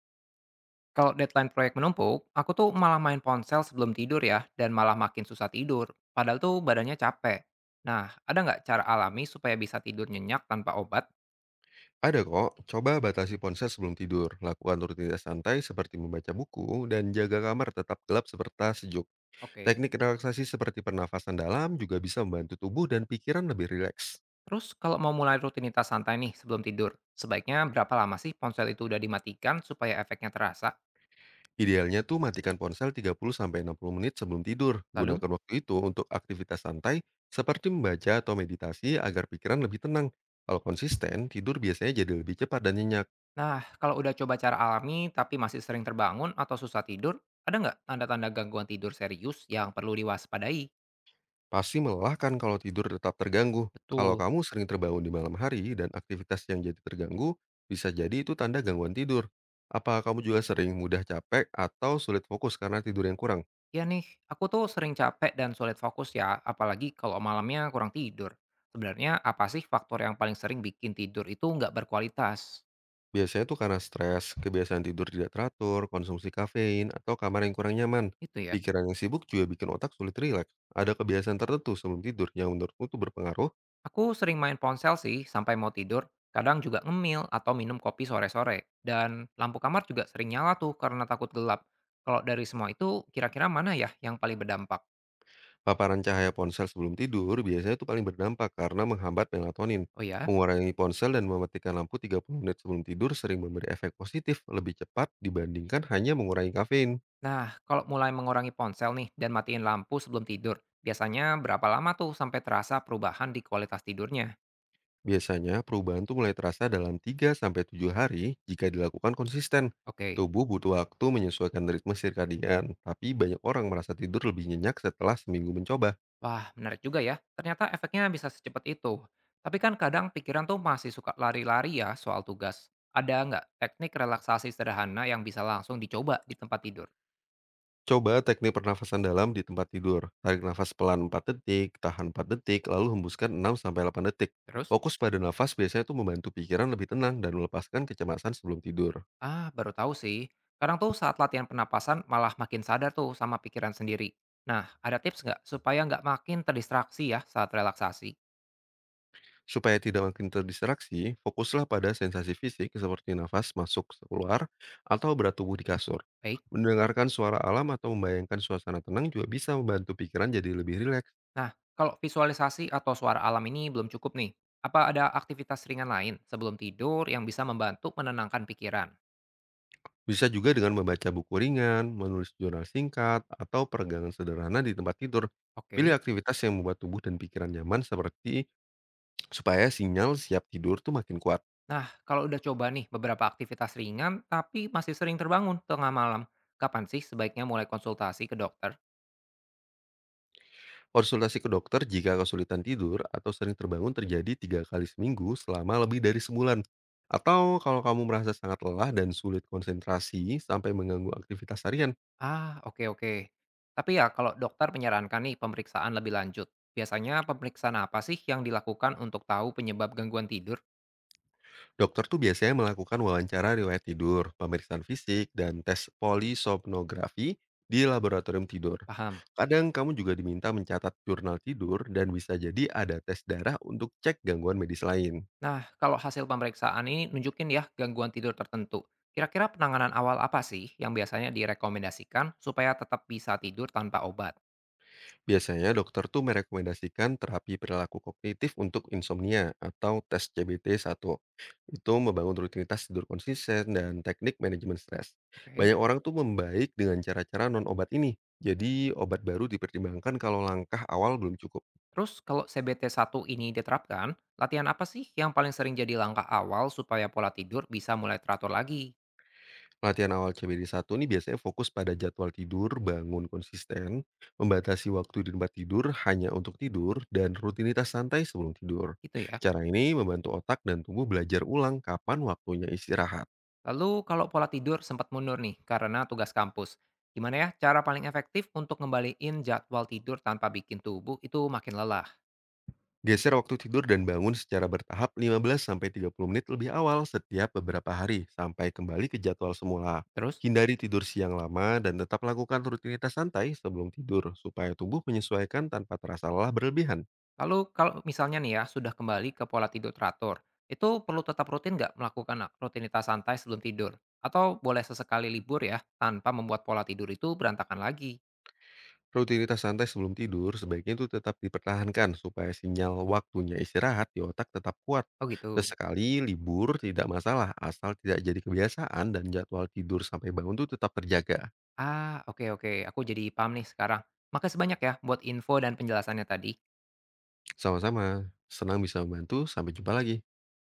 Kalau deadline proyek menumpuk, aku tuh malah main ponsel sebelum tidur ya, dan malah makin susah tidur. Padahal tuh badannya capek. Nah, ada nggak cara alami supaya bisa tidur nyenyak tanpa obat? Ada kok, coba batasi ponsel sebelum tidur, lakukan rutinitas santai seperti membaca buku, dan jaga kamar tetap gelap serta sejuk. Oke. Teknik relaksasi seperti pernafasan dalam juga bisa membantu tubuh dan pikiran lebih rileks. Terus kalau mau mulai rutinitas santai nih sebelum tidur, sebaiknya berapa lama sih ponsel itu udah dimatikan supaya efeknya terasa? Idealnya tuh matikan ponsel 30-60 menit sebelum tidur. Lalu, Gunakan waktu itu untuk aktivitas santai seperti membaca atau meditasi agar pikiran lebih tenang. Kalau konsisten, tidur biasanya jadi lebih cepat dan nyenyak. nah kalau udah coba cara alami tapi masih sering terbangun atau susah tidur, ada nggak tanda-tanda gangguan tidur serius yang perlu diwaspadai? Pasti melelahkan kalau tidur tetap terganggu. Kalau Betul. kamu sering terbangun di malam hari dan aktivitas yang jadi terganggu, bisa jadi itu tanda gangguan tidur. Apa kamu juga sering mudah capek atau sulit fokus karena tidur yang kurang? Ya nih, aku tuh sering capek dan sulit fokus ya, apalagi kalau malamnya kurang tidur. Sebenarnya apa sih faktor yang paling sering bikin tidur itu nggak berkualitas? Biasanya itu karena stres, kebiasaan tidur tidak teratur, konsumsi kafein, atau kamar yang kurang nyaman. Itu ya. Pikiran yang sibuk juga bikin otak sulit rileks. Ada kebiasaan tertentu sebelum tidur yang menurutmu itu berpengaruh? Aku sering main ponsel sih sampai mau tidur, kadang juga ngemil atau minum kopi sore-sore. Dan lampu kamar juga sering nyala tuh karena takut gelap. Kalau dari semua itu, kira-kira mana ya yang paling berdampak? Paparan cahaya ponsel sebelum tidur biasanya itu paling berdampak karena menghambat melatonin. Oh ya? Mengurangi ponsel dan mematikan lampu 30 menit sebelum tidur sering memberi efek positif lebih cepat dibandingkan hanya mengurangi kafein. Nah, kalau mulai mengurangi ponsel nih dan matiin lampu sebelum tidur, biasanya berapa lama tuh sampai terasa perubahan di kualitas tidurnya? Biasanya perubahan tuh mulai terasa dalam tiga sampai tujuh hari jika dilakukan konsisten. Oke. Tubuh butuh waktu menyesuaikan ritme sirkadian, tapi banyak orang merasa tidur lebih nyenyak setelah seminggu mencoba. Wah, menarik juga ya. Ternyata efeknya bisa secepat itu. Tapi kan kadang pikiran tuh masih suka lari-lari ya soal tugas. Ada nggak teknik relaksasi sederhana yang bisa langsung dicoba di tempat tidur? Coba teknik pernafasan dalam di tempat tidur. Tarik nafas pelan 4 detik, tahan 4 detik, lalu hembuskan 6 sampai 8 detik. Terus? Fokus pada nafas biasanya itu membantu pikiran lebih tenang dan melepaskan kecemasan sebelum tidur. Ah, baru tahu sih. Kadang tuh saat latihan pernapasan malah makin sadar tuh sama pikiran sendiri. Nah, ada tips nggak supaya nggak makin terdistraksi ya saat relaksasi? Supaya tidak makin terdistraksi, fokuslah pada sensasi fisik seperti nafas masuk keluar atau berat tubuh di kasur. Baik. Mendengarkan suara alam atau membayangkan suasana tenang juga bisa membantu pikiran jadi lebih rileks. Nah, kalau visualisasi atau suara alam ini belum cukup nih. Apa ada aktivitas ringan lain sebelum tidur yang bisa membantu menenangkan pikiran? Bisa juga dengan membaca buku ringan, menulis jurnal singkat, atau peregangan sederhana di tempat tidur. Oke. Pilih aktivitas yang membuat tubuh dan pikiran nyaman seperti supaya sinyal siap tidur tuh makin kuat. Nah, kalau udah coba nih beberapa aktivitas ringan tapi masih sering terbangun tengah malam, kapan sih sebaiknya mulai konsultasi ke dokter? Konsultasi ke dokter jika kesulitan tidur atau sering terbangun terjadi tiga kali seminggu selama lebih dari sebulan. Atau kalau kamu merasa sangat lelah dan sulit konsentrasi sampai mengganggu aktivitas harian. Ah, oke oke. Tapi ya kalau dokter menyarankan nih pemeriksaan lebih lanjut, biasanya pemeriksaan apa sih yang dilakukan untuk tahu penyebab gangguan tidur? Dokter tuh biasanya melakukan wawancara riwayat tidur, pemeriksaan fisik, dan tes polisomnografi di laboratorium tidur. Paham. Kadang kamu juga diminta mencatat jurnal tidur dan bisa jadi ada tes darah untuk cek gangguan medis lain. Nah, kalau hasil pemeriksaan ini nunjukin ya gangguan tidur tertentu, kira-kira penanganan awal apa sih yang biasanya direkomendasikan supaya tetap bisa tidur tanpa obat? Biasanya dokter tuh merekomendasikan terapi perilaku kognitif untuk insomnia atau tes cbt satu. Itu membangun rutinitas tidur konsisten dan teknik manajemen stres. Oke. Banyak orang tuh membaik dengan cara-cara non-obat ini. Jadi obat baru dipertimbangkan kalau langkah awal belum cukup. Terus kalau CBT-1 ini diterapkan, latihan apa sih yang paling sering jadi langkah awal supaya pola tidur bisa mulai teratur lagi? Latihan awal CBD1 ini biasanya fokus pada jadwal tidur, bangun konsisten, membatasi waktu di tempat tidur hanya untuk tidur, dan rutinitas santai sebelum tidur. Gitu ya. Cara ini membantu otak dan tubuh belajar ulang kapan waktunya istirahat. Lalu kalau pola tidur sempat mundur nih karena tugas kampus, gimana ya cara paling efektif untuk ngembaliin jadwal tidur tanpa bikin tubuh itu makin lelah? Geser waktu tidur dan bangun secara bertahap 15-30 menit lebih awal setiap beberapa hari sampai kembali ke jadwal semula. Terus, Hindari tidur siang lama dan tetap lakukan rutinitas santai sebelum tidur supaya tubuh menyesuaikan tanpa terasa lelah berlebihan. lalu kalau misalnya nih ya sudah kembali ke pola tidur teratur, itu perlu tetap rutin nggak melakukan rutinitas santai sebelum tidur? Atau boleh sesekali libur ya tanpa membuat pola tidur itu berantakan lagi? Rutinitas santai sebelum tidur sebaiknya itu tetap dipertahankan supaya sinyal waktunya istirahat di otak tetap kuat. Oh gitu. Sesekali libur tidak masalah asal tidak jadi kebiasaan dan jadwal tidur sampai bangun itu tetap terjaga. Ah, oke oke, aku jadi paham nih sekarang. Makasih banyak ya buat info dan penjelasannya tadi. Sama-sama, senang bisa membantu. Sampai jumpa lagi.